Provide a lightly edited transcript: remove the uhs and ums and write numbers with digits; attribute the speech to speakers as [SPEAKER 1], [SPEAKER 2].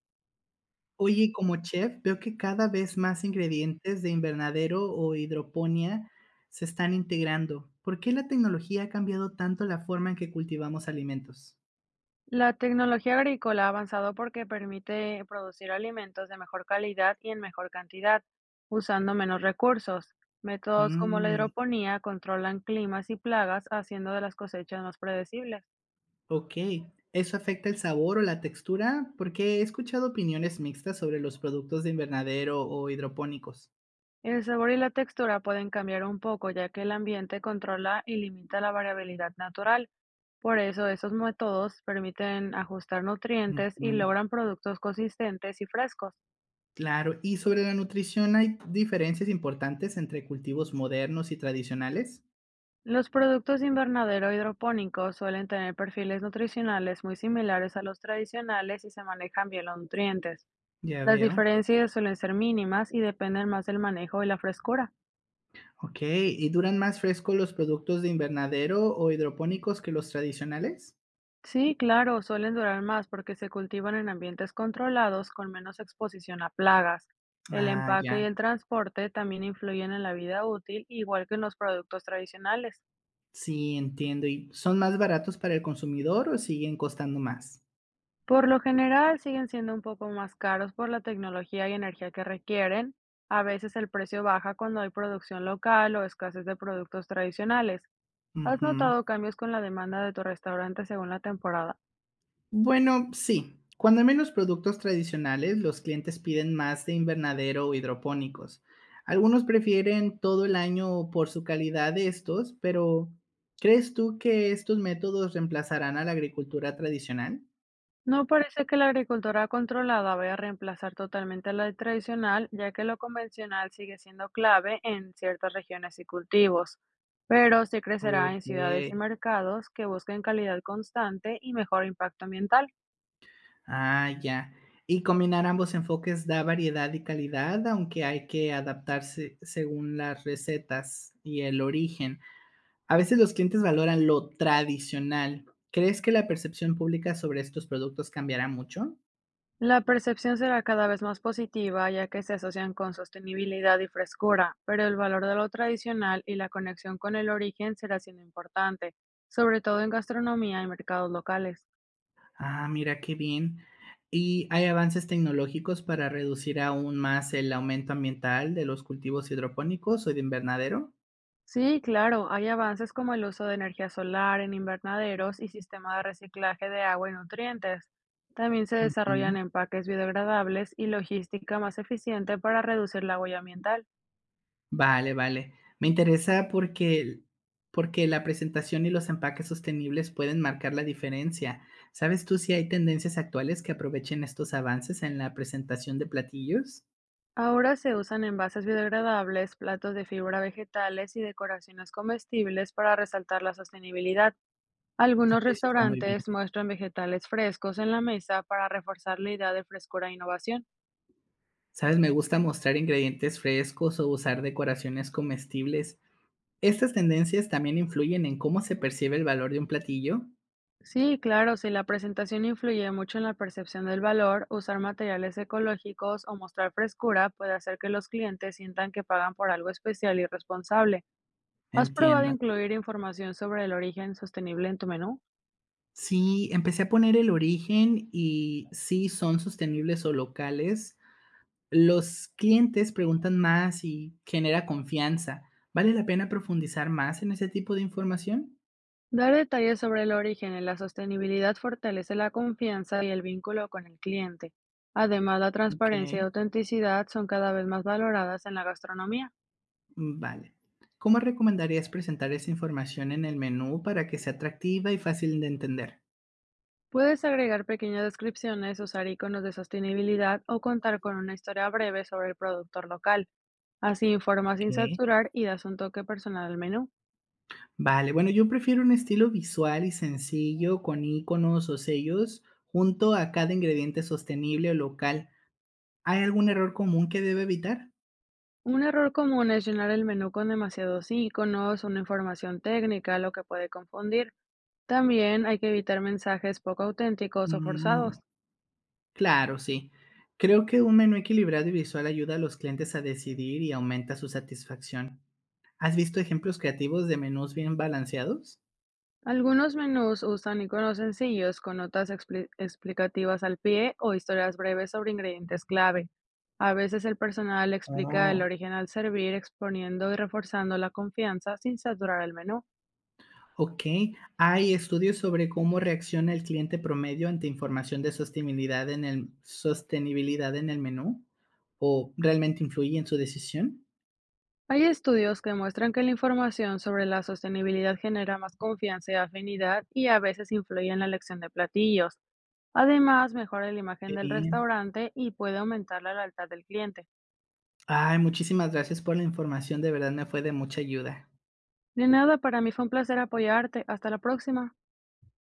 [SPEAKER 1] Oye, y como chef, veo que cada vez más ingredientes de invernadero o hidroponía se están integrando. ¿Por qué la tecnología ha cambiado tanto la forma en que cultivamos alimentos?
[SPEAKER 2] La tecnología agrícola ha avanzado porque permite producir alimentos de mejor calidad y en mejor cantidad, usando menos recursos. Métodos como la
[SPEAKER 1] Mm,
[SPEAKER 2] hidroponía controlan climas y plagas, haciendo de las cosechas más predecibles.
[SPEAKER 1] ok. ¿Eso afecta el sabor o la textura? Porque he escuchado opiniones mixtas sobre los productos de invernadero o hidropónicos.
[SPEAKER 2] El sabor y la textura pueden cambiar un poco, ya que el ambiente controla y limita la variabilidad natural. Por eso, esos métodos permiten ajustar nutrientes y
[SPEAKER 1] Ujú,
[SPEAKER 2] logran productos consistentes y frescos.
[SPEAKER 1] claro. ¿Y sobre la nutrición hay diferencias importantes entre cultivos modernos y tradicionales?
[SPEAKER 2] Los productos de invernadero hidropónicos suelen tener perfiles nutricionales muy similares a los tradicionales y se manejan bien los nutrientes.
[SPEAKER 1] Ya
[SPEAKER 2] Las
[SPEAKER 1] veo.
[SPEAKER 2] diferencias suelen ser mínimas y dependen más del manejo y la frescura.
[SPEAKER 1] Ok, ¿y duran más frescos los productos de invernadero o hidropónicos que los tradicionales?
[SPEAKER 2] Sí, claro, suelen durar más porque se cultivan en ambientes controlados con menos exposición a plagas. El
[SPEAKER 1] Ah,
[SPEAKER 2] empaque
[SPEAKER 1] ya,
[SPEAKER 2] y el transporte también influyen en la vida útil, igual que en los productos tradicionales.
[SPEAKER 1] sí, entiendo. ¿Y son más baratos para el consumidor o siguen costando más?
[SPEAKER 2] Por lo general siguen siendo un poco más caros por la tecnología y energía que requieren. A veces el precio baja cuando hay producción local o escasez de productos tradicionales. ¿Has
[SPEAKER 1] Ujú.
[SPEAKER 2] notado cambios con la demanda de tu restaurante según la temporada?
[SPEAKER 1] Bueno, sí. Cuando hay menos productos tradicionales, los clientes piden más de invernadero o hidropónicos. Algunos prefieren todo el año por su calidad de estos, pero ¿crees tú que estos métodos reemplazarán a la agricultura tradicional?
[SPEAKER 2] No parece que la agricultura controlada vaya a reemplazar totalmente la tradicional, ya que lo convencional sigue siendo clave en ciertas regiones y cultivos, pero sí crecerá en
[SPEAKER 1] Ok.
[SPEAKER 2] ciudades y mercados que busquen calidad constante y mejor impacto ambiental.
[SPEAKER 1] Ah, ya. Y combinar ambos enfoques da variedad y calidad, aunque hay que adaptarse según las recetas y el origen. A veces los clientes valoran lo tradicional. ¿Crees que la percepción pública sobre estos productos cambiará mucho?
[SPEAKER 2] La percepción será cada vez más positiva, ya que se asocian con sostenibilidad y frescura, pero el valor de lo tradicional y la conexión con el origen será siendo importante, sobre todo en gastronomía y mercados locales.
[SPEAKER 1] Ah, mira qué bien. ¿Y hay avances tecnológicos para reducir aún más el aumento ambiental de los cultivos hidropónicos o de invernadero?
[SPEAKER 2] Sí, claro, hay avances como el uso de energía solar en invernaderos y sistema de reciclaje de agua y nutrientes. También se
[SPEAKER 1] Ujú.
[SPEAKER 2] desarrollan empaques biodegradables y logística más eficiente para reducir la huella ambiental.
[SPEAKER 1] Vale, vale. Me interesa porque la presentación y los empaques sostenibles pueden marcar la diferencia. ¿Sabes tú si hay tendencias actuales que aprovechen estos avances en la presentación de platillos?
[SPEAKER 2] Ahora se usan envases biodegradables, platos de fibra vegetales y decoraciones comestibles para resaltar la sostenibilidad. Algunos
[SPEAKER 1] Eso está muy bien.
[SPEAKER 2] restaurantes muestran vegetales frescos en la mesa para reforzar la idea de frescura e innovación.
[SPEAKER 1] ¿Sabes? Me gusta mostrar ingredientes frescos o usar decoraciones comestibles. ¿Estas tendencias también influyen en cómo se percibe el valor de un platillo?
[SPEAKER 2] Sí, claro, si la presentación influye mucho en la percepción del valor, usar materiales ecológicos o mostrar frescura puede hacer que los clientes sientan que pagan por algo especial y responsable. ¿Has probado
[SPEAKER 1] Entiendo.
[SPEAKER 2] incluir información sobre el origen sostenible en tu menú?
[SPEAKER 1] Sí, empecé a poner el origen y si son sostenibles o locales. Los clientes preguntan más y genera confianza. ¿Vale la pena profundizar más en ese tipo de información?
[SPEAKER 2] Dar detalles sobre el origen y la sostenibilidad fortalece la confianza y el vínculo con el cliente. Además, la
[SPEAKER 1] Ok.
[SPEAKER 2] transparencia y autenticidad son cada vez más valoradas en la gastronomía.
[SPEAKER 1] Vale. ¿Cómo recomendarías presentar esa información en el menú para que sea atractiva y fácil de entender?
[SPEAKER 2] Puedes agregar pequeñas descripciones, usar iconos de sostenibilidad o contar con una historia breve sobre el productor local. Así informas sin
[SPEAKER 1] Ok.
[SPEAKER 2] saturar y das un toque personal al menú.
[SPEAKER 1] Vale, bueno, yo prefiero un estilo visual y sencillo con iconos o sellos junto a cada ingrediente sostenible o local. ¿Hay algún error común que debe evitar?
[SPEAKER 2] Un error común es llenar el menú con demasiados iconos, una información técnica, lo que puede confundir. También hay que evitar mensajes poco auténticos o forzados.
[SPEAKER 1] Claro, sí. Creo que un menú equilibrado y visual ayuda a los clientes a decidir y aumenta su satisfacción. ¿Has visto ejemplos creativos de menús bien balanceados?
[SPEAKER 2] Algunos menús usan iconos sencillos con notas explicativas al pie o historias breves sobre ingredientes clave. A veces el personal explica el
[SPEAKER 1] Oh,
[SPEAKER 2] origen al servir, exponiendo y reforzando la confianza sin saturar el menú.
[SPEAKER 1] ok. ¿Hay estudios sobre cómo reacciona el cliente promedio ante información de sostenibilidad en el menú? ¿O realmente influye en su decisión?
[SPEAKER 2] Hay estudios que muestran que la información sobre la sostenibilidad genera más confianza y afinidad y a veces influye en la elección de platillos. Además, mejora la imagen
[SPEAKER 1] Qué
[SPEAKER 2] del
[SPEAKER 1] bien.
[SPEAKER 2] restaurante y puede aumentar la lealtad del cliente.
[SPEAKER 1] Ay, muchísimas gracias por la información. De verdad me fue de mucha ayuda.
[SPEAKER 2] De nada, para mí fue un placer apoyarte. Hasta la próxima.